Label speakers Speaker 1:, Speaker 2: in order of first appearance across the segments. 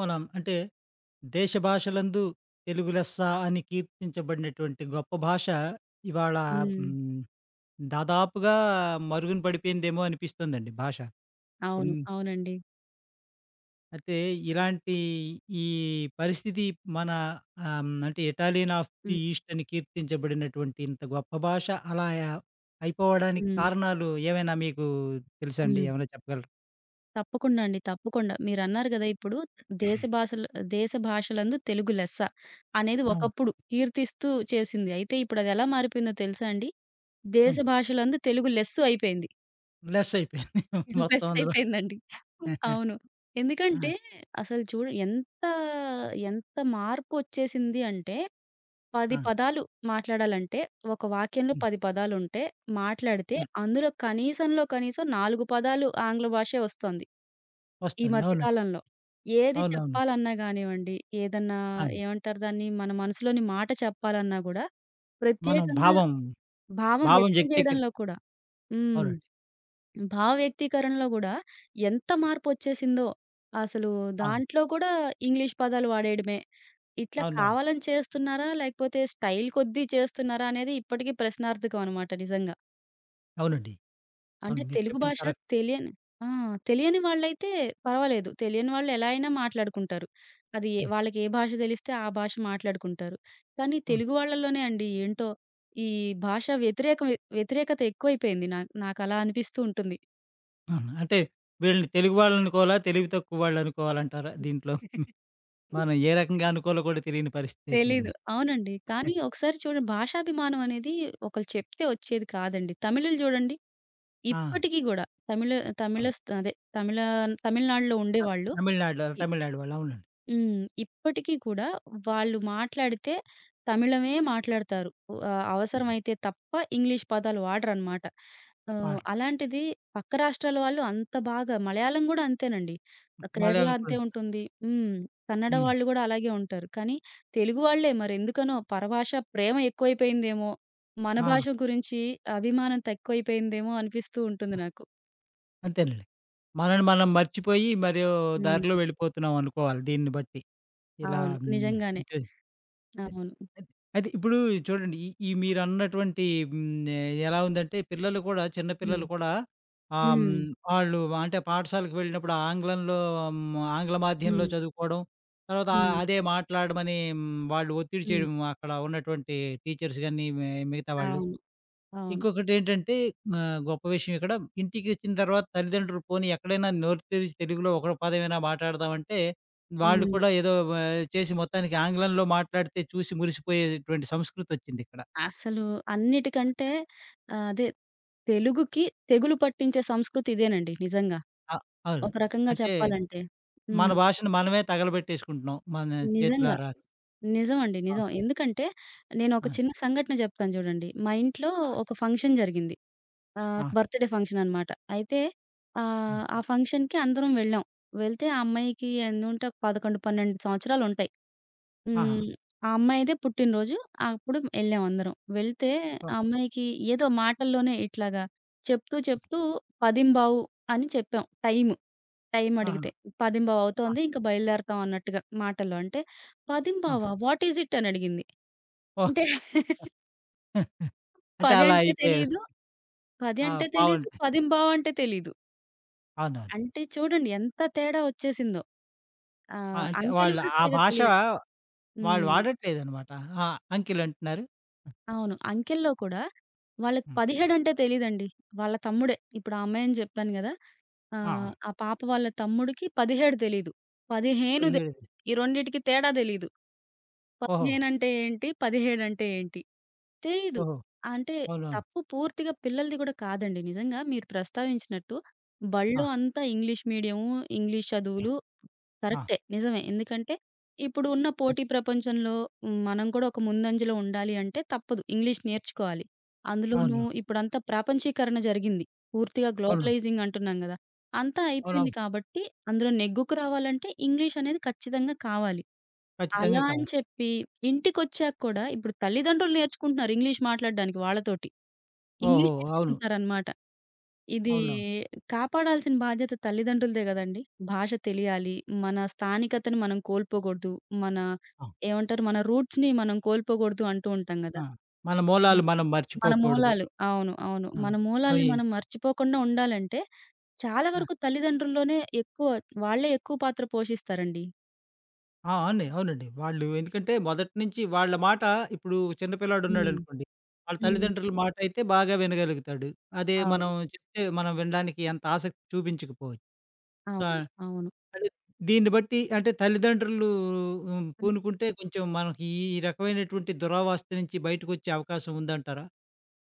Speaker 1: మనం అంటే దేశ భాషలందు తెలుగు లెస్స అని కీర్తించబడినటువంటి గొప్ప భాష ఇవాళ
Speaker 2: హ్మ్.
Speaker 1: హ్మ్, దాదాపుగా మరుగున పడిపోయిందేమో అనిపిస్తుందండి భాష. ఇన్
Speaker 2: అవును. అవునండి.
Speaker 1: అయితే ఇలాంటి ఈ పరిస్థితి మన అంటే Italian of the
Speaker 2: hmm.
Speaker 1: East అని కీర్తించబడినటువంటి ఇంత గొప్ప భాష అలా అయిపోవడానికి
Speaker 2: హ్మ్.
Speaker 1: కారణాలు ఏమైనా మీకు తెలుసా అండి?
Speaker 2: హ్మ్.
Speaker 1: ఏమైనా చెప్పగలరా?
Speaker 2: తప్పకుండా అండి. తప్పకుండా. మీరన్నారు గదా! ఇప్పుడు దేశ భాషలు దేశ భాషలందు తెలుగు లెస్స అనేది
Speaker 1: అవును.
Speaker 2: ఒకప్పుడు కీర్తిస్తూ చేసింది. అయితే ఇప్పుడదెలా మారిపోయిందో తెలుసా అండి? దేశ
Speaker 1: అవును.
Speaker 2: భాషలందు తెలుగు లెస్సు అయిపోయింది.
Speaker 1: లెస్ అయిపోయింది మొత్తం
Speaker 2: లెస్
Speaker 1: అందులో.
Speaker 2: అయిపోయిందండి. అవును.
Speaker 1: ఆ!
Speaker 2: ఎందుకంటే అసలు చూడు ఎంత ఎంత మార్పొచ్చేసింది అంటే, 10
Speaker 1: ఆ!
Speaker 2: పదాలు మాట్లాడాలంటే, ఒక వాక్యంలో
Speaker 1: హ్మ్.
Speaker 2: 10 పదాలుంటే మాట్లాడితే,
Speaker 1: హ్మ్.
Speaker 2: అందులో కనీసం 4 పదాలు ఆంగ్ల భాషే ఒస్తోంది ఈ
Speaker 1: వస్తుంది.
Speaker 2: మధ్య
Speaker 1: అవునండి.
Speaker 2: కాలంలో. ఏది
Speaker 1: అవునవును.
Speaker 2: చెప్పాలన్నా గానివ్వండి, ఏదన్నా
Speaker 1: అవును.
Speaker 2: ఏమంటారు దాన్ని? మన మనసులోని మాట చెప్పాలన్నా గూడా,
Speaker 1: మనం
Speaker 2: ప్రత్యేకంగా
Speaker 1: భావం,
Speaker 2: భావం వ్యక్తం
Speaker 1: వ్యక్తీకరి
Speaker 2: చేయడంలో కూడా, హ్మ్.
Speaker 1: అవునండి.
Speaker 2: భావ వ్యక్తీకరణలో గూడా ఎంత మార్పొచ్చేసిందో! అసలు
Speaker 1: అవును.
Speaker 2: దాంట్లో కూడా ఇంగ్లీష్ పదాలు వాడేయడమే. ఇట్లా
Speaker 1: అవునవును.
Speaker 2: కావాలని చేస్తున్నారా? లేకపోతే స్టైల్ కొద్దీ చేస్తున్నారా? అనేది ఇప్పటికీ ప్రశ్నార్థకం అనమాట నిజంగా.
Speaker 1: అవునండి.
Speaker 2: అంటే
Speaker 1: అవును. మీరు
Speaker 2: తెలుగు
Speaker 1: చెప్పింది
Speaker 2: భాష
Speaker 1: కరెక్ట్.
Speaker 2: తెలియని, ఆ! తెలియని వాళ్ళైతే పర్వాలేదు. తెలియని వాళ్ళు ఎలా అయినా మాట్లాడుకుంటారు. అది ఏ
Speaker 1: హ్మ్.
Speaker 2: వాళ్ళకి ఏ భాష తెలిస్తే ఆ భాష మాట్లాడుకుంటారు. కానీ
Speaker 1: అవును.
Speaker 2: తెలుగు వాళ్ళలోనే అండి ఏంటో ఈ భాష వ్యతిరేకత ఎక్కువైపోయింది. నాకలా అనిపిస్తూ ఉంటుంది.
Speaker 1: అవును. అంటే వీళ్ళని తెలుగు వాళ్ళనుకోవాలా? తెలివి తక్కువ వాళ్ళనుకోవాలంటారా దీంట్లో? మనం ఏ రకంగా అనుకోవాలో కూడా తెలియని పరిస్థితి
Speaker 2: తెలీదు.
Speaker 1: అయిపోయింది.
Speaker 2: అవునండి. కానీ ఒకసారి చూడండి, భాషాభిమానం అనేది ఒకళ్ళు చెప్తే వచ్చేది కాదండి. తమిళులు చూడండి,
Speaker 1: ఆ!
Speaker 2: ఇప్పటికి గూడా తమిళ తమిళ
Speaker 1: అవును.
Speaker 2: స్ అదే తమిళ తమిళనాడులో
Speaker 1: త
Speaker 2: ఉండేవాళ్ళు,
Speaker 1: తమిళనాడులో
Speaker 2: ఇ
Speaker 1: తమిళనాడు వాళ్ళు అవునండి.
Speaker 2: హ్మ్. ఇప్పటికి కూడా వాళ్ళు మాట్లాడితే తమిళమే మాట్లాడతారు.
Speaker 1: ఉమ్,
Speaker 2: అవసరమైతే తప్ప ఇంగ్లీష్ పదాలు వాడరనమాట.
Speaker 1: వాళ్ళు.
Speaker 2: అలాంటిది పక్క రాష్ట్రాల వాళ్ళు అంత బాగా, మలయాళం గూడా అంతేనండి. కేరళ
Speaker 1: మలయాళం
Speaker 2: అంతే
Speaker 1: కూడా
Speaker 2: ఉంటుంది. హ్మ్. కన్నడ
Speaker 1: హ్మ్.
Speaker 2: వాళ్ళు గూడా అలాగే ఉంటారు. కానీ తెలుగు వాళ్ళే మరెందుకనో పరభాష ప్రేమ ఎక్కువైపోయిందేమో! మన
Speaker 1: ఆ!
Speaker 2: భాష గురించి అభిమానం తక్కువైపోయిందేమో అనిపిస్తూ ఉంటుంది నాకు.
Speaker 1: అంతేనండి. మనల్ని మనం మర్చిపోయి మరో దారిలో
Speaker 2: హ్మ్.
Speaker 1: వెళ్ళిపోతున్నాం అనుకోవాలి దీన్ని బట్టి. ఇలా
Speaker 2: అవును.
Speaker 1: హ్మ్.
Speaker 2: నిజంగానే.
Speaker 1: అంటే అయి
Speaker 2: అవును.
Speaker 1: అయి అయితే ఇప్పుడు చూడండి. ఈ ఈ మీరన్నటువంటి హ్మ్. ఎలా ఉందంటే పిల్లలు కూడా చిన్న
Speaker 2: హ్మ్.
Speaker 1: పిల్లలు కూడా ఆహ్, హ్మ్.
Speaker 2: హ్మ్.
Speaker 1: వాళ్ళు అంటే పాఠశాలకు వెళ్ళినప్పుడు ఆంగ్లంలో హ్మ్. ఆంగ్ల మాధ్యమంలో
Speaker 2: హ్మ్.
Speaker 1: చదువుకోవడం. తర్వాత
Speaker 2: హ్మ్.
Speaker 1: అదే మాట్లాడమని హ్మ్. వాళ్ళు ఒత్తిడి
Speaker 2: హ్మ్.
Speaker 1: చేయడం అక్కడ ఉన్నటువంటి టీచర్స్ గాని, మిగతా వాళ్ళు.
Speaker 2: అవును. అవును.
Speaker 1: ఇంకొకటేంటంటే గొప్ప విషయం ఇక్కడ ఇంటికొచ్చిన తర్వాత తల్లిదండ్రులు పోనీ ఎక్కడైనా నోరు తెరిచి తెలుగులో ఒక పదమైనా మాట్లాడదామంటే, వాళ్ళు
Speaker 2: హ్మ్.
Speaker 1: కూడా ఏదో చేసి మొత్తానికి ఆంగ్లంలో మాట్లాడితే చూసి మురిసిపోయేటువంటి సంస్కృతొచ్చిందిక్కడ.
Speaker 2: అసలు అన్నిటికంటే, అదే, తెలుగుకి తెగులు పట్టించే సంస్కృతి ఇదేనండి నిజంగా.
Speaker 1: అ అవును.
Speaker 2: ఒక రకంగా
Speaker 1: అంటే
Speaker 2: చెప్పాలంటే.
Speaker 1: మన
Speaker 2: హ్మ్.
Speaker 1: భాషను మనమే తగలబెట్టేసుకుంటున్నాం. మన
Speaker 2: నిజంగా.
Speaker 1: చేతులారా.
Speaker 2: నిజమండి.
Speaker 1: ఆ!
Speaker 2: నిజం. ఎందుకంటే నేనొక
Speaker 1: ఆ!
Speaker 2: చిన్న సంఘటన చెప్తాను చూడండి. మా ఇంట్లో
Speaker 1: ఆ!
Speaker 2: ఒక ఫంక్షన్ జరిగింది.
Speaker 1: ఆ!
Speaker 2: బర్త్‌డే ఫంక్షన్ అన్నమాట. అయితే
Speaker 1: హ్మ్.
Speaker 2: ఆ ఫంక్షన్‌కి అందరం వెళ్ళాం. వెళ్తే ఆ అమ్మాయికి ఎన్నుంటే, ఒక 11, 12 సంవత్సరాలుంటాయి.
Speaker 1: ఆహా!
Speaker 2: హ్మ్. ఆ అమ్మాయిదే పుట్టినరోజు. అప్పుడు ఎళ్ళాం అందరం. వెళ్తే ఆ
Speaker 1: ఓహ్!
Speaker 2: అమ్మాయికి ఏదో మాటల్లోనే ఇట్లాగా చెప్తూ చెప్తూ 10:15 అని చెప్పాం, టైమ్ టైమ్.
Speaker 1: ఆహా!
Speaker 2: అడిగితే. 10:15
Speaker 1: ఆ!
Speaker 2: అవుతోంది, ఇంక బయలుదేరతాం అన్నట్టుగా మాటల్లో. అంటే
Speaker 1: ఆ!
Speaker 2: 10:15 వాట్ ఈస్ ఇట్ అని అడిగింది.
Speaker 1: ఓహ్!
Speaker 2: అంటే
Speaker 1: అంటే
Speaker 2: 10
Speaker 1: అలా
Speaker 2: అంటే
Speaker 1: అయిపోయారు.
Speaker 2: తెలీదు. 10
Speaker 1: ఆ!
Speaker 2: అంటే తెలీదు.
Speaker 1: పావంటే
Speaker 2: 10:15 అంటే తెలీదు.
Speaker 1: అవునవును.
Speaker 2: అంటే చూడండి ఎంత తేడా వచ్చేసిందో.
Speaker 1: ఆ! అంటే
Speaker 2: అంకెలు
Speaker 1: వాళ్ళు
Speaker 2: కూడా
Speaker 1: ఆ
Speaker 2: సరిగ్గా
Speaker 1: భాష
Speaker 2: తెలియట్లే.
Speaker 1: వాళ్ళు
Speaker 2: హ్మ్.
Speaker 1: వాడట్లేదనమాట. ఆ! అంకిల్ అంటున్నారు.
Speaker 2: అవును. అంకెల్లో కూడా వాళ్ళకి
Speaker 1: హ్మ్.
Speaker 2: 17 అంటే తెలీదండి. వాళ్ళ తమ్ముడే. ఇప్పుడు ఆ అమ్మాయని జెప్పాను గదా!
Speaker 1: ఆ!
Speaker 2: ఆహ్,
Speaker 1: ఆ!
Speaker 2: ఆ ఆ పాప వాళ్ళ తమ్ముడికి 17 తెలీదు. 15
Speaker 1: 17
Speaker 2: తెలీదు. ఈ రెండిటికి తేడా దెలీదు.
Speaker 1: ఓహో!
Speaker 2: 15 అంటే ఏంటి? 17 అంటే ఏంటి? తెలీదు.
Speaker 1: ఓహో!
Speaker 2: అంటే
Speaker 1: అవునవును.
Speaker 2: తప్పు పూర్తిగా పిల్లలది గూడా కాదండి. నిజంగా మీరు ప్రస్తావించినట్టు
Speaker 1: ఆ!
Speaker 2: బడిలో అంతా ఇంగ్లీష్ మీడియము, ఇంగ్లీష్ చదువులు
Speaker 1: ఆ!
Speaker 2: కరెక్టే. నిజమే. ఎందుకంటే, ఇప్పుడు ఉన్న
Speaker 1: హ్మ్.
Speaker 2: పోటీ ప్రపంచంలో, హ్మ్, మనం కూడా ఒక ముందంజలో ఉండాలి అంటే తప్పదు. ఇంగ్లీష్ నేర్చుకోవాలి. అందులోనూ
Speaker 1: అవును.
Speaker 2: హ్మ్. ఇప్పుడంతా ప్రాపంచీకరణ జరిగింది. పూర్తిగా
Speaker 1: అవును.
Speaker 2: గ్లోబలైజింగ్ అంటున్నాం గదా! అంతా అయిపోయింది
Speaker 1: అవునవును.
Speaker 2: కాబట్టి, అందులో నెగ్గుకు రావాలంటే ఇంగ్లీష్ అనేది ఖచ్చితంగా కావాలి. అలా
Speaker 1: ఖచ్చితంగా
Speaker 2: అని
Speaker 1: కావాలి.
Speaker 2: చెప్పి ఇంటికొచ్చాక కూడా ఇప్పుడు తల్లిదండ్రులు నేర్చుకుంటున్నారు, ఇంగ్లీష్ మాట్లాడడానికి వాళ్ళతోటి.
Speaker 1: ఓహో!
Speaker 2: ఇంగ్లీష్
Speaker 1: అవును.
Speaker 2: నేర్చుకుంటున్నారనమాట. ఇది
Speaker 1: అవునవును.
Speaker 2: కాపాడాల్సిన బాధ్యత తల్లిదండ్రులదే గదండీ! భాష తెలియాలి. మన స్థానికతను మనం కోల్పోకూడదు. మన,
Speaker 1: ఆ!
Speaker 2: ఏమంటారు, మన రూట్స్‌ని మనం కోల్పోకూడదు అంటూ ఉంటాం గదా!
Speaker 1: ఆ! మన మూలాలు
Speaker 2: హ్మ్.
Speaker 1: మనం
Speaker 2: మన
Speaker 1: మర్చిపోకూడదు.
Speaker 2: మూలాలు. అవును. అవును.
Speaker 1: ఆ!
Speaker 2: మన మూలాల్ని
Speaker 1: అయి
Speaker 2: మనం మర్చిపోకుండా ఉండాలంటే, చాలా
Speaker 1: ఆ!
Speaker 2: వరకు తల్లిదండ్రుల్లోనే ఎక్కువ, వాళ్ళే ఎక్కువ పాత్ర పోషిస్తారండి.
Speaker 1: ఆ! అవునండి. అవునండి. వాళ్ళు ఎందుకంటే మొదటి నుంచి వాళ్ళ మాట ఇప్పుడు చిన్న
Speaker 2: హ్మ్.
Speaker 1: పిల్లాడున్నాడనుకోండి, వాళ్ళ
Speaker 2: హ్మ్.
Speaker 1: తల్లిదండ్రుల మాటయితే బాగా వినగలుగుతాడు. అదే మనం
Speaker 2: అవును.
Speaker 1: చెప్తే మనం వినడానికి అంత ఆసక్తి చూపించకపోవచ్చు. ఆ!
Speaker 2: అవును. అవును.
Speaker 1: అదే. దీన్ని బట్టి అంటే తల్లిదండ్రులు హ్మ్, పూనుకుంటే కొంచెం మనకి ఈ ఈ రకమైనటువంటి దురావస్థ నుంచి బయటకొచ్చే అవకాశం ఉందంటారా?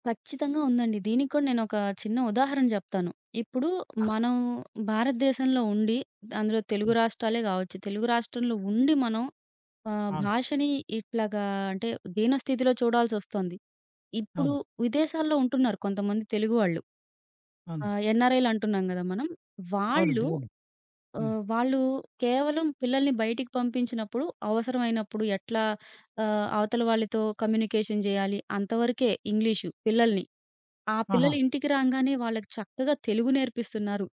Speaker 2: ఖచ్చితంగా ఉందండి. దీనికి కూడా నేనొక చిన్న ఉదాహరణ జెప్తాను. ఇప్పుడు
Speaker 1: ఆ!
Speaker 2: మనం భారతదేశంలో ఉండి, అందులో తెలుగు
Speaker 1: హ్మ్.
Speaker 2: రాష్ట్రాలే గావచ్చు. తెలుగు రాష్ట్రంలో ఉండి మనం
Speaker 1: అవును.
Speaker 2: భాషని ఇట్లాగా, అంటే, దీనస్థితిలో చూడాల్సొస్తోంది. ఇప్పుడు
Speaker 1: అవును.
Speaker 2: విదేశాల్లో ఉంటున్నారు కొంతమంది తెలుగు వాళ్ళు.
Speaker 1: అవును.
Speaker 2: ఎన్ఆర్ఐలు అంటున్నాం గదా మనం. వాళ్ళు
Speaker 1: అవునండి. అవును. హ్మ్.
Speaker 2: వాళ్ళు కేవలం పిల్లల్ని బయటికి పంపించినప్పుడు, అవసరమైనప్పుడు ఎట్లా అవతల వాళ్ళతో కమ్యూనికేషన్ జేయాలి, అంతవరకే ఇంగ్లీషు పిల్లల్ని. ఆ
Speaker 1: ఆహా!
Speaker 2: పిల్లలు ఇంటికి రాంగానే వాళ్ళకి చక్కగా తెలుగు నేర్పిస్తున్నారు.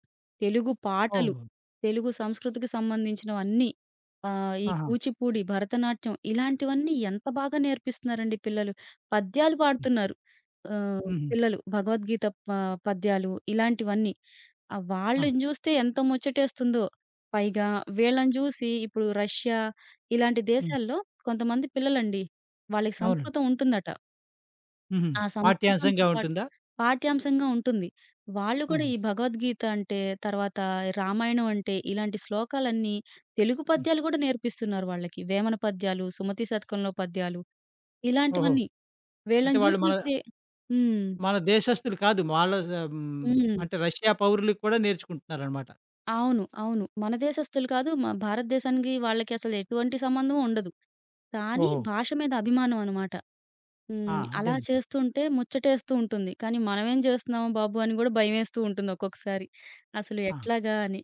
Speaker 2: తెలుగు పాటలు,
Speaker 1: ఓహ్!
Speaker 2: తెలుగు సంస్కృతికి సంబంధించినవన్నీ. ఈ
Speaker 1: ఆహా!
Speaker 2: కూచిపూడి, భరతనాట్యం ఇలాంటివన్నీ ఎంత బాగా నేర్పిస్తున్నారండి పిల్లలు. పద్యాలు
Speaker 1: హ్మ్.
Speaker 2: పాడుతున్నారు.
Speaker 1: హుహు.
Speaker 2: పిల్లలు భగవద్గీత ప పద్యాలు ఇలాంటివన్నీ. ఆ!
Speaker 1: ఆ!
Speaker 2: వాళ్ళని జూస్తే ఎంత ముచ్చటేస్తుందో. పైగా వీళ్ళని జూసి ఇప్పుడు రష్యా ఇలాంటి
Speaker 1: హ్మ్.
Speaker 2: దేశాల్లో కొంతమంది పిల్లలండి, వాళ్ళకి
Speaker 1: అవునండి.
Speaker 2: సంస్కృతం ఉంటుందట.
Speaker 1: హుహు.
Speaker 2: ఆ! సంస్కృతంతో
Speaker 1: పాఠ్యాంశంగా
Speaker 2: పాటు
Speaker 1: ఉంటుందా?
Speaker 2: పాఠ్యాంశంగా ఉంటుంది. వాళ్ళు కూడా
Speaker 1: హుహు.
Speaker 2: ఈ భగవద్గీత అంటే, తర్వాత రామాయణం అంటే, ఇలాంటి శ్లోకాలన్నీ, తెలుగు
Speaker 1: హ్మ్.
Speaker 2: పద్యాలు కూడా నేర్పిస్తున్నారు వాళ్ళకి. వేమన పద్యాలు, సుమతి శతకంలో పద్యాలు
Speaker 1: ఓహో!
Speaker 2: ఇలాంటివన్నీ.
Speaker 1: అంటే
Speaker 2: వీళ్ళని
Speaker 1: వాళ్ళు మన
Speaker 2: చూసినప్పుడే, హ్మ్.
Speaker 1: మన దేశస్తులు కాదు. వాళ్ళ హ్మ్.
Speaker 2: హ్మ్.
Speaker 1: అంటే రష్యా పౌరులకి కూడా నేర్చుకుంటున్నారనమాట.
Speaker 2: అవును. అవును. మన దేశస్తులు కాదు. మా భారతదేశానికి వాళ్ళకి అసలు ఎటువంటి సంబంధం ఉండదు. కానీ
Speaker 1: ఓహో!
Speaker 2: భాష మీద అభిమానం అన్నమాట.
Speaker 1: ఆ!
Speaker 2: హ్మ్. అలా
Speaker 1: అదేనండి.
Speaker 2: చేస్తుంటే ముచ్చటేస్తూ ఉంటుంది. కానీ మనమేం జేస్తున్నామో బాబు అని గూడా భయమేస్తూ ఉంటుంది ఒక్కొక్కసారి. అసలు
Speaker 1: ఆ!
Speaker 2: ఎట్లాగా అని.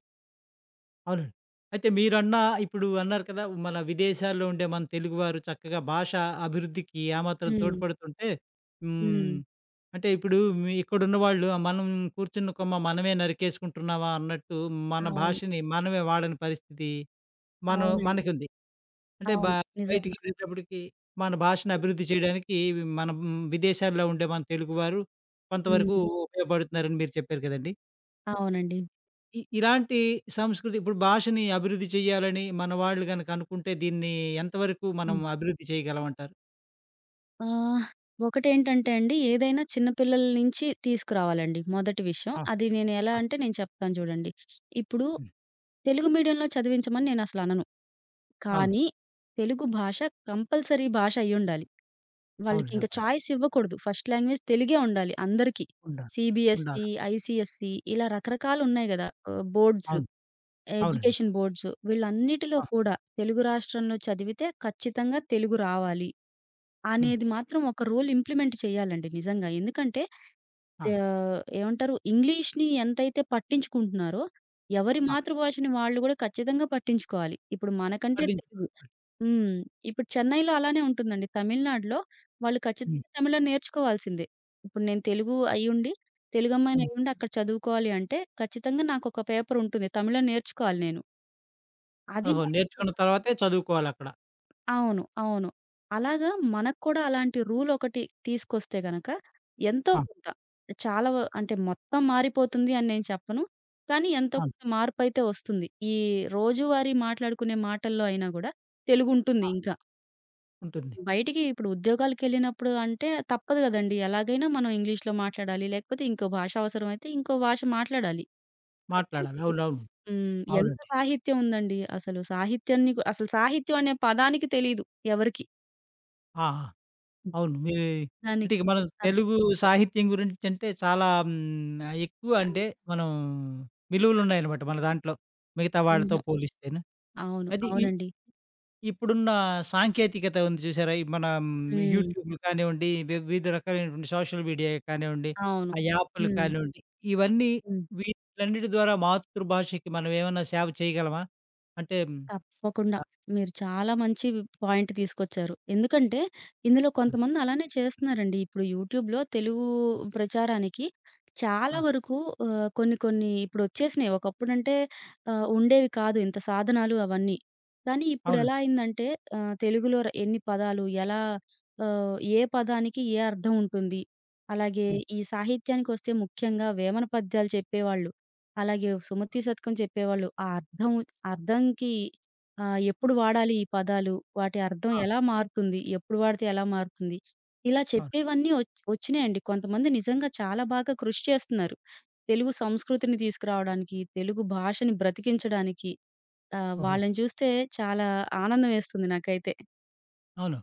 Speaker 1: అవునండి. అయితే మీరన్న ఇప్పుడు అన్నారు కదా! మన విదేశాల్లో ఉండే మన తెలుగువారు చక్కగా భాష అభివృద్ధికి ఆ మాత్రం
Speaker 2: హ్మ్.
Speaker 1: తోడ్పడుతుంటే
Speaker 2: హ్మ్.
Speaker 1: హ్మ్. అంటే ఇప్పుడు మీ ఇక్కడున్న వాళ్ళు మనం కూర్చున్న కొమ్మ మనమే నరికేసుకుంటున్నామా అన్నట్టు మన
Speaker 2: అవును.
Speaker 1: భాషని మనమే వాడని పరిస్థితి మనం
Speaker 2: అవునండి.
Speaker 1: మనకుంది. అంటే
Speaker 2: అవును. నిజంగా.
Speaker 1: బయటికెళ్ళేటప్పటికి మన భాషను అభివృద్ధి చేయడానికి మనం విదేశాల్లో ఉండే మన తెలుగువారు కొంతవరకు
Speaker 2: హ్మ్.
Speaker 1: ఉపయోగపడుతున్నారని మీరు చెప్పారు కదండీ!
Speaker 2: అవునండి.
Speaker 1: ఇలాంటి సంస్కృతి ఇప్పుడు భాషని అభివృద్ధి చేయాలని మన వాళ్ళు గనక అనుకుంటే దీన్ని ఎంతవరకు మనం
Speaker 2: హ్మ్.
Speaker 1: అభివృద్ధి చేయగలమంటారు?
Speaker 2: ఆహ్, ఒకటేంటంటే అండి, ఏదైనా చిన్న పిల్లల నుంచి తీసుకురావాలండి మొదటి విషయం.
Speaker 1: ఆ!
Speaker 2: అది నేను ఎలా
Speaker 1: ఆ!
Speaker 2: అంటే నేను చెప్తాను చూడండి. ఇప్పుడు
Speaker 1: హ్మ్.
Speaker 2: తెలుగు మీడియంలో చదివించమని నేనసలనను.
Speaker 1: అవును.
Speaker 2: కానీ తెలుగు భాష కంపల్సరీ భాష అయ్యుండాలి.
Speaker 1: అవునండి.
Speaker 2: వాళ్ళకింక
Speaker 1: అవునండి.
Speaker 2: చాయిస్ ఇవ్వకూడదు. ఫస్ట్ లాంగ్వేజ్ తెలుగే ఉండాలి అందరికి.
Speaker 1: ఉండాలి.
Speaker 2: సీబీఎస్‌ఈ,
Speaker 1: ఉండాలి.
Speaker 2: ఐసీఎస్‌ఈ ఇలా రకరకాలున్నాయి గదా! బోర్డ్స్,
Speaker 1: అవును. అవునండి.
Speaker 2: ఎడ్యుకేషన్ బోర్డ్స్, వీళ్ళన్నిటిలో
Speaker 1: ఆ!
Speaker 2: కూడా తెలుగు రాష్ట్రంలో చదివితే ఖచ్చితంగా తెలుగు రావాలి
Speaker 1: హ్మ్.
Speaker 2: అనేది మాత్రం ఒక రూల్ ఇంప్లిమెంట్ చేయాలండి నిజంగా. ఎందుకంటే
Speaker 1: ఆ!
Speaker 2: ఏమంటారు, ఇంగ్లీష్‌ని ఎంతైతే పట్టించుకుంటున్నారో, ఎవరి
Speaker 1: ఆ!
Speaker 2: మాతృభాషని వాళ్ళు గూడా ఖచ్చితంగా పట్టించుకోవాలి. ఇప్పుడు మనకంటే
Speaker 1: పట్టించు
Speaker 2: తెలుగు, హ్మ్. ఇప్పుడు చెన్నైలో అలానే ఉంటుందండి. తమిళనాడులో వాళ్ళు
Speaker 1: హ్మ్.
Speaker 2: ఖచ్చితంగా తమిళం నేర్చుకోవాల్సిందే. ఇప్పుడు నేను తెలుగు అయ్యుండి, తెలుగమ్మాయిని
Speaker 1: హ్మ్.
Speaker 2: అయ్యుండి అక్కడ చదువుకోవాలి అంటే, ఖచ్చితంగా నాకొక పేపర్ ఉంటుంది. తమిళం నేర్చుకోవాలి నేను. అది
Speaker 1: ఓహో!
Speaker 2: వాళ్ళకి.
Speaker 1: నేర్చుకున్న తర్వాతే చదువుకోవాలక్కడ.
Speaker 2: అవును. అవును. అలాగా, మనకు కూడా అలాంటి రూల్ ఒకటి తీసుకొస్తే గనక, ఎంతో
Speaker 1: ఆ!
Speaker 2: కొంత, చాలా వ అంటే మొత్తం మారిపోతుంది అని నేను చెప్పను. కానీ ఎంతో
Speaker 1: అవును.
Speaker 2: కొంత మార్పైతే వస్తుంది. ఈ రోజువారీ మాట్లాడుకునే మాటల్లో అయినా గూడా తెలుగుంటుంది
Speaker 1: ఆ!
Speaker 2: ఇంకా.
Speaker 1: ఉంటుంది.
Speaker 2: బయటికి ఇప్పుడు ఉద్యోగాలకెళ్ళినప్పుడు అంటే తప్పదు గదండీ! ఎలాగైనా మనం ఇంగ్లీష్‌లో మాట్లాడాలి. లేకపోతే ఇంకో భాష అవసరమైతే ఇంకో భాష మాట్లాడాలి.
Speaker 1: మాట్లాడాలి.
Speaker 2: కరెక్ట్.
Speaker 1: అవునవును.
Speaker 2: హ్మ్. ఎంత
Speaker 1: అవునండి.
Speaker 2: సాహిత్యం ఉందండి! అసలు సాహిత్యాన్ని గు అసలు సాహిత్యం అనే పదానికి తెలీదు ఎవరికీ.
Speaker 1: ఆ! ఆ! అవును. అంటే
Speaker 2: దానికి
Speaker 1: ఇక మనం
Speaker 2: అర్థం.
Speaker 1: తెలుగు సాహిత్యం గురించంటే చాలా హ్మ్, ఎక్కువ
Speaker 2: ఆ!
Speaker 1: అంటే మనం విలువలున్నాయనమాట మన దాంట్లో. మిగతా వాళ్ళతో
Speaker 2: నిజం.
Speaker 1: పోలిస్తేను.
Speaker 2: అవును.
Speaker 1: అది ఇ
Speaker 2: అవునండి.
Speaker 1: ఇప్పుడున్న సాంకేతికత ఉంది చూసారా? ఈ మన
Speaker 2: హ్మ్.
Speaker 1: యూట్యూబ్‌లు కానివ్వండి, వివిధ రకాలైనటువంటి సోషల్ మీడియా కానివ్వండి,
Speaker 2: అవును.
Speaker 1: ఆ యాప్‌లు
Speaker 2: హ్మ్.
Speaker 1: కానివ్వండి, ఇవన్నీ
Speaker 2: హ్మ్.
Speaker 1: వీటిలన్నిటి ద్వారా మాతృభాషకి మనం ఏమన్నా సేవ చేయగలమా? అంటే
Speaker 2: తప్పకుండా.
Speaker 1: ఆ!
Speaker 2: మీరు చాలా మంచి పాయింట్ తీసుకొచ్చారు. ఎందుకంటే, ఇందులో కొంతమంది అలానే చేస్తున్నారండి. ఇప్పుడు యూట్యూబ్‌లో తెలుగు ప్రచారానికి చాలా
Speaker 1: ఆ!
Speaker 2: వరకు కొన్ని కొన్ని ఇప్పుడొచ్చేసినాయి. ఒకప్పుడంటే ఉండేవి కాదు ఇంత సాధనాలు అవన్నీ. కానీ
Speaker 1: అవును.
Speaker 2: ఇప్పుడెలా అయిందంటే, తెలుగులో ఎన్ని పదాలు, ఎలా, ఏ పదానికి ఏ అర్థం ఉంటుంది, అలాగే
Speaker 1: హ్మ్.
Speaker 2: ఈ సాహిత్యానికొస్తే ముఖ్యంగా వేమన పద్యాలు చెప్పేవాళ్ళు, అలాగే సుమతీ శతకం చెప్పేవాళ్ళు. ఆ అర్థం అర్థంకి ఆ! ఎప్పుడు వాడాలి ఈ పదాలు? వాటి అర్థం
Speaker 1: ఆ!
Speaker 2: ఎలా మారుతుంది? ఎప్పుడు వాడితే ఎలా మారుతుంది? ఇలా
Speaker 1: అవును.
Speaker 2: చెప్పేవన్నీ ఒచ్చినాయండి. కొంతమంది నిజంగా చాలా బాగా కృషి చేస్తున్నారు, తెలుగు సంస్కృతిని తీసుకురావడానికి, తెలుగు భాషని బ్రతికించడానికి.
Speaker 1: ఓహో!
Speaker 2: వాళ్ళని చూస్తే చాలా ఆనందం వేస్తుంది నాకైతే.
Speaker 1: అవును.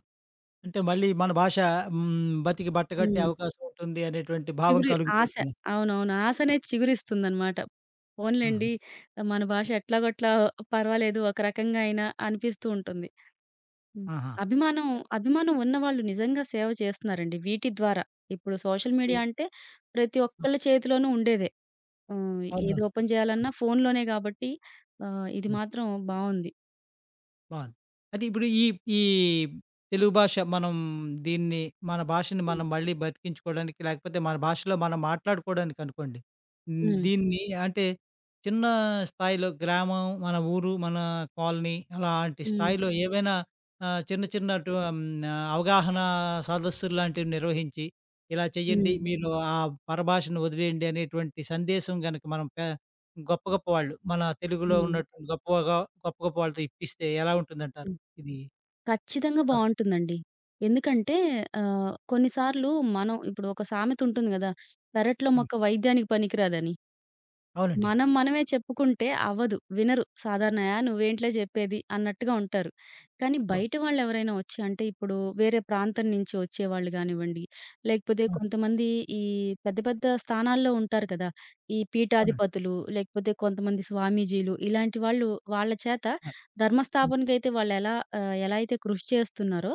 Speaker 1: అంటే మళ్ళీ మన భాష హ్మ్, బతికి బట్టగట్టే
Speaker 2: హ్మ్.
Speaker 1: అవకాశం ఉంటుంది అనేటువంటి భావం
Speaker 2: చిగురు,
Speaker 1: కలుగుతూ
Speaker 2: ఆశ,
Speaker 1: ఉంటుంది.
Speaker 2: అవునవును. ఆశ అనేది చిగురిస్తుందనమాట.
Speaker 1: ఆహా!
Speaker 2: పోనీలెండి, మన భాష ఎట్లాగొట్లా పర్వాలేదు, ఒక రకంగా అయినా అనిపిస్తూ ఉంటుంది. హ్మ్.
Speaker 1: ఆహా!
Speaker 2: అభిమానం, అభిమానం ఉన్నవాళ్ళు నిజంగా సేవ చేస్తున్నారండి వీటి ద్వారా. ఇప్పుడు సోషల్ మీడియా
Speaker 1: అయితే
Speaker 2: అంటే ప్రతి ఒక్కళ్ళ చేతిలోనూ ఉండేదే. ఏది
Speaker 1: అవునవును.
Speaker 2: ఓపెన్ చేయాలన్నా ఫోనులోనే గాబట్టి, ఇది
Speaker 1: ఆ!
Speaker 2: మాత్రం బావుంది.
Speaker 1: బావుంది. అయితే ఇప్పుడు ఈ, ఈ తెలుగు భాష మనం దీన్ని మన భాషని
Speaker 2: హ్మ్.
Speaker 1: మనం మళ్ళీ బతికించుకోవడానికి లేకపోతే మన భాషలో మనం మాట్లాడుకోవడానికి అనుకోండి. హ్మ్.
Speaker 2: హ్మ్.
Speaker 1: దీన్ని అంటే చిన్న స్థాయిలో గ్రామం, మన ఊరు, మన కాలనీ అలాంటి
Speaker 2: హ్మ్.
Speaker 1: స్థాయిలో ఏవైనా చిన్న చిన్న హ్మ్. అవగాహన సదస్సులు లాంటివి నిర్వహించి ఇలా చేయండి.
Speaker 2: హ్మ్.
Speaker 1: మీరు ఆ పరభాషను వదిలేయండి అనేటువంటి సందేశం గనక మనం గొప్ప గొప్ప వాళ్ళు. మన తెలుగులో
Speaker 2: హ్మ్.
Speaker 1: ఉన్నటువంటి గొప్పగా గొప్ప గొప్ప వాళ్ళతో ఇప్పిస్తే ఎలా ఉంటుందంటారు?
Speaker 2: హ్మ్.
Speaker 1: ఇది
Speaker 2: ఖచ్చితంగా
Speaker 1: అర్
Speaker 2: బావుంటుందండి. ఎందుకంటే కొన్ని సార్లు మనం, ఇప్పుడు ఒక సామెత ఉంటుంది గదా, పెరట్లో
Speaker 1: హ్మ్.
Speaker 2: మొక్క వైద్యానికి పనికిరాదని.
Speaker 1: అవునండి.
Speaker 2: మనం మనమే చెప్పుకుంటే అవ్వదు. వినరు. సాధారణ "ఆ! నువ్వేంట్లే జెప్పేది" అన్నట్టుగా ఉంటారు. కానీ
Speaker 1: అవును.
Speaker 2: బయట వాళ్ళెవరైనా వచ్చి అంటే, ఇప్పుడు వేరే ప్రాంతం నుంచి వచ్చేవాళ్ళు గానివ్వండి, లేకపోతే
Speaker 1: అవును.
Speaker 2: కొంతమంది ఈ పెద్ద పెద్ద స్థానాల్లో ఉంటారు కదా, ఈ
Speaker 1: అవునండి.
Speaker 2: పీఠాధిపతులు, లేకపోతే కొంతమంది స్వామీజీలు ఇలాంటి వాళ్ళు, వాళ్ళ చేత
Speaker 1: ఆ! హ్మ్.
Speaker 2: ధర్మస్థాపనకైతే వాళ్ళెలా, ఎలా అయితే కృషి చేస్తున్నారో,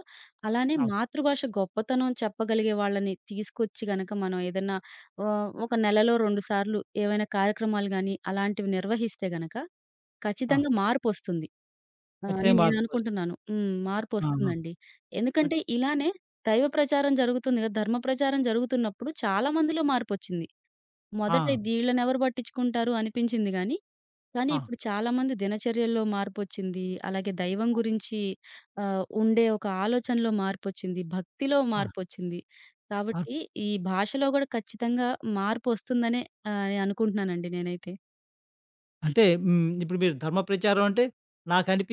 Speaker 2: అలానే
Speaker 1: అవును.
Speaker 2: మాతృభాష గొప్పతనం చెప్పగలిగే వాళ్ళని తీసుకొచ్చి గనక, మనం ఏదన్నా ఒక నెలలో 2 సార్లు ఏవైనా కార్యక్రమాలు గాని అలాంటివి నిర్వహిస్తే గనక,
Speaker 1: ఆ!
Speaker 2: ఖచ్చితంగా మార్పొస్తుంది అని
Speaker 1: ఖచ్చితంగా మార్పుకొస్తుంది.
Speaker 2: నేననుకుంటున్నాను. హ్మ్.
Speaker 1: ఆ! ఆ!
Speaker 2: మార్పొస్తుందండి.
Speaker 1: అన్
Speaker 2: ఎందుకంటే ఇలానే దైవ ప్రచారం జరుగుతుంది కదా! ధర్మ ప్రచారం జరుగుతున్నప్పుడు చాలా మందిలో మార్పొచ్చింది. మొదట
Speaker 1: ఆ!
Speaker 2: దీళ్ళనెవరు పట్టించుకుంటారు అనిపించింది గాని, కానీ
Speaker 1: ఆ!
Speaker 2: ఇప్పుడు చాలామంది దినచర్యల్లో మార్పొచ్చింది. అలాగే దైవం గురించి ఉండే ఒక ఆలోచనలో మార్పొచ్చింది. భక్తిలో
Speaker 1: ఆ!
Speaker 2: మార్పొచ్చింది.
Speaker 1: అన్
Speaker 2: కాబట్టి ఈ భాషలో గూడా ఖచ్చితంగా మార్పొస్తుందనే అనుకుంటున్నానండి నేనైతే.
Speaker 1: అంటే హ్మ్. ఇప్పుడు మీరు ధర్మ ప్రచారం అంటే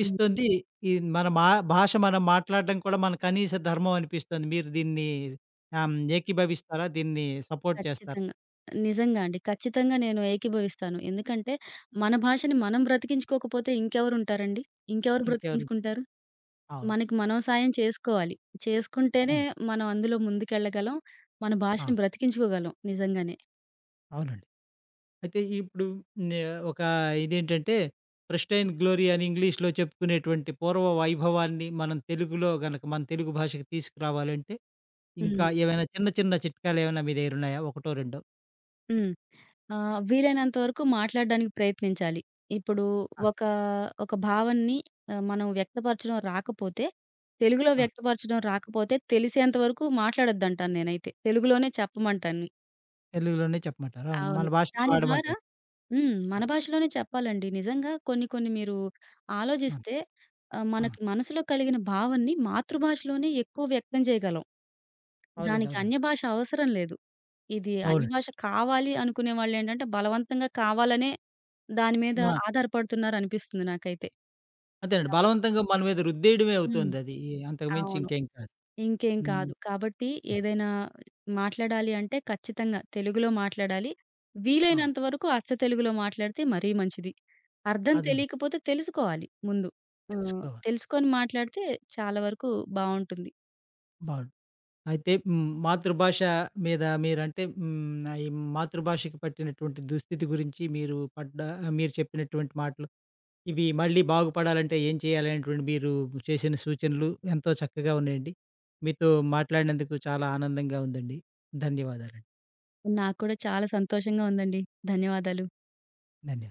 Speaker 2: హ్మ్.
Speaker 1: ఈ మన భాష మనం మాట్లాడడం కూడా మన కనీస ధర్మం అనిపిస్తుంది. మీరు దీన్ని ఏకీభవిస్తారా? దీన్ని సపోర్ట్ చేస్తారా?
Speaker 2: ఖచ్చితంగా. నిజంగా అండి. ఖచ్చితంగా నేను ఏకీభవిస్తాను. ఎందుకంటే మన భాషని మనం బ్రతికించుకోకపోతే ఇంకెవరుంటారండి? ఇంకెవరు
Speaker 1: ఇంకెవరు?
Speaker 2: బ్రతికించుకుంటారు?
Speaker 1: అవును.
Speaker 2: మనకి మనం సాయం చేసుకోవాలి. చేసుకుంటేనే
Speaker 1: అవును.
Speaker 2: మనం అందులో ముందుకెళ్ళగలం. మన
Speaker 1: ఆ!
Speaker 2: భాషని బ్రతికించుకోగలం నిజంగానే.
Speaker 1: అవునండి. అయితే ఇప్పుడు నే ఒక ఇదేంటంటే 'ప్రెస్టైన్ గ్లోరీ' అని ఇంగ్లీష్‌లో చెప్పుకునేటువంటి పూర్వ వైభవాన్ని మనం తెలుగులో గనక మన తెలుగు భాషకి తీసుకురావాలంటే ఇంకా
Speaker 2: హ్మ్.
Speaker 1: ఏవైనా చిన్న చిన్న చిట్కాలు ఏమైనా మీ దగ్గరున్నాయా? ఒకటో రెండో?
Speaker 2: హ్మ్. వీలైనంత వరకు మాట్లాడడానికి ప్రయత్నించాలి. ఇప్పుడు
Speaker 1: ఆ!
Speaker 2: ఒక, ఒక భావనని మనం వ్యక్తపరచడం రాకపోతే, తెలుగులో
Speaker 1: ఆ!
Speaker 2: వ్యక్తపరచడం రాకపోతే, తెలిసేంత వరకు మాట్లాడొద్దంటాను నేనైతే. తెలుగులోనే చెప్పమంటాను.
Speaker 1: తెలుగులోనే చెప్పమంటారా? అవును. మన
Speaker 2: అవును.
Speaker 1: భాషనే
Speaker 2: దాని ద్వారా
Speaker 1: వాడమంటారు.
Speaker 2: హ్మ్.
Speaker 1: ఆ!
Speaker 2: మన భాషలోనే చెప్పాలండి. నిజంగా కొన్ని కొన్ని మీరు
Speaker 1: ఆ!
Speaker 2: ఆలోచిస్తే,
Speaker 1: ఆ!
Speaker 2: మనకి మనసులో కలిగిన భావనని మాతృభాషలోనే ఎక్కువ వ్యక్తం చేయగలం.
Speaker 1: అవునండి.
Speaker 2: దానికి
Speaker 1: అవునండి.
Speaker 2: అన్య భాష అవసరం లేదు. ఇది అన్య
Speaker 1: అవునండి.
Speaker 2: భాష కావాలి అనుకునే వాళ్ళేంటంటే, బలవంతంగా కావాలనే దాని మీద
Speaker 1: మా
Speaker 2: ఆధారపడుతున్నారనిపిస్తుంది నాకైతే.
Speaker 1: అంతేనండి.
Speaker 2: కాబట్టి
Speaker 1: బలవంతంగా మన మీద రుద్దేయడమే
Speaker 2: హ్మ్.
Speaker 1: అవుతోందది. అంతకు మించి
Speaker 2: అవును.
Speaker 1: ఇంకేం కాదు.
Speaker 2: ఇంకేం
Speaker 1: హ్మ్.
Speaker 2: కాదు. కాబట్టి
Speaker 1: ఆ!
Speaker 2: ఏదైనా మాట్లాడాలి అంటే ఖచ్చితంగా తెలుగులో మాట్లాడాలి.
Speaker 1: ఆ!
Speaker 2: వీలైనంత వరకు అచ్చ తెలుగులో మాట్లాడితే మరీ మంచిది. అర్థం
Speaker 1: అదే అండి.
Speaker 2: తెలియకపోతే తెలుసుకోవాలి ముందు.
Speaker 1: తెలుసుకోవాలి.
Speaker 2: తెలుసుకొని మాట్లాడితే చాలా వరకు బావుంటుంది.
Speaker 1: బావుంది. అయితే హ్మ్. మాతృభాష మీద మీరంటే హ్మ్. ఈ మాతృభాషకి పట్టినటువంటి దుస్థితి గురించి మీరు పడ్డ మీరు చెప్పినటువంటి మాటలు, ఇవి మళ్ళీ బాగుపడాలంటే ఏం చేయాలి అనేటువంటి మీరు చేసిన సూచనలు ఎంతో చక్కగా ఉన్నాయండి. మీతో మాట్లాడినందుకు చాలా ఆనందంగా ఉందండి. ధన్యవాదాలండి.
Speaker 2: నాకు కూడా చాలా సంతోషంగా ఉందండి. ధన్యవాదాలు.
Speaker 1: ధన్యవాదాలు.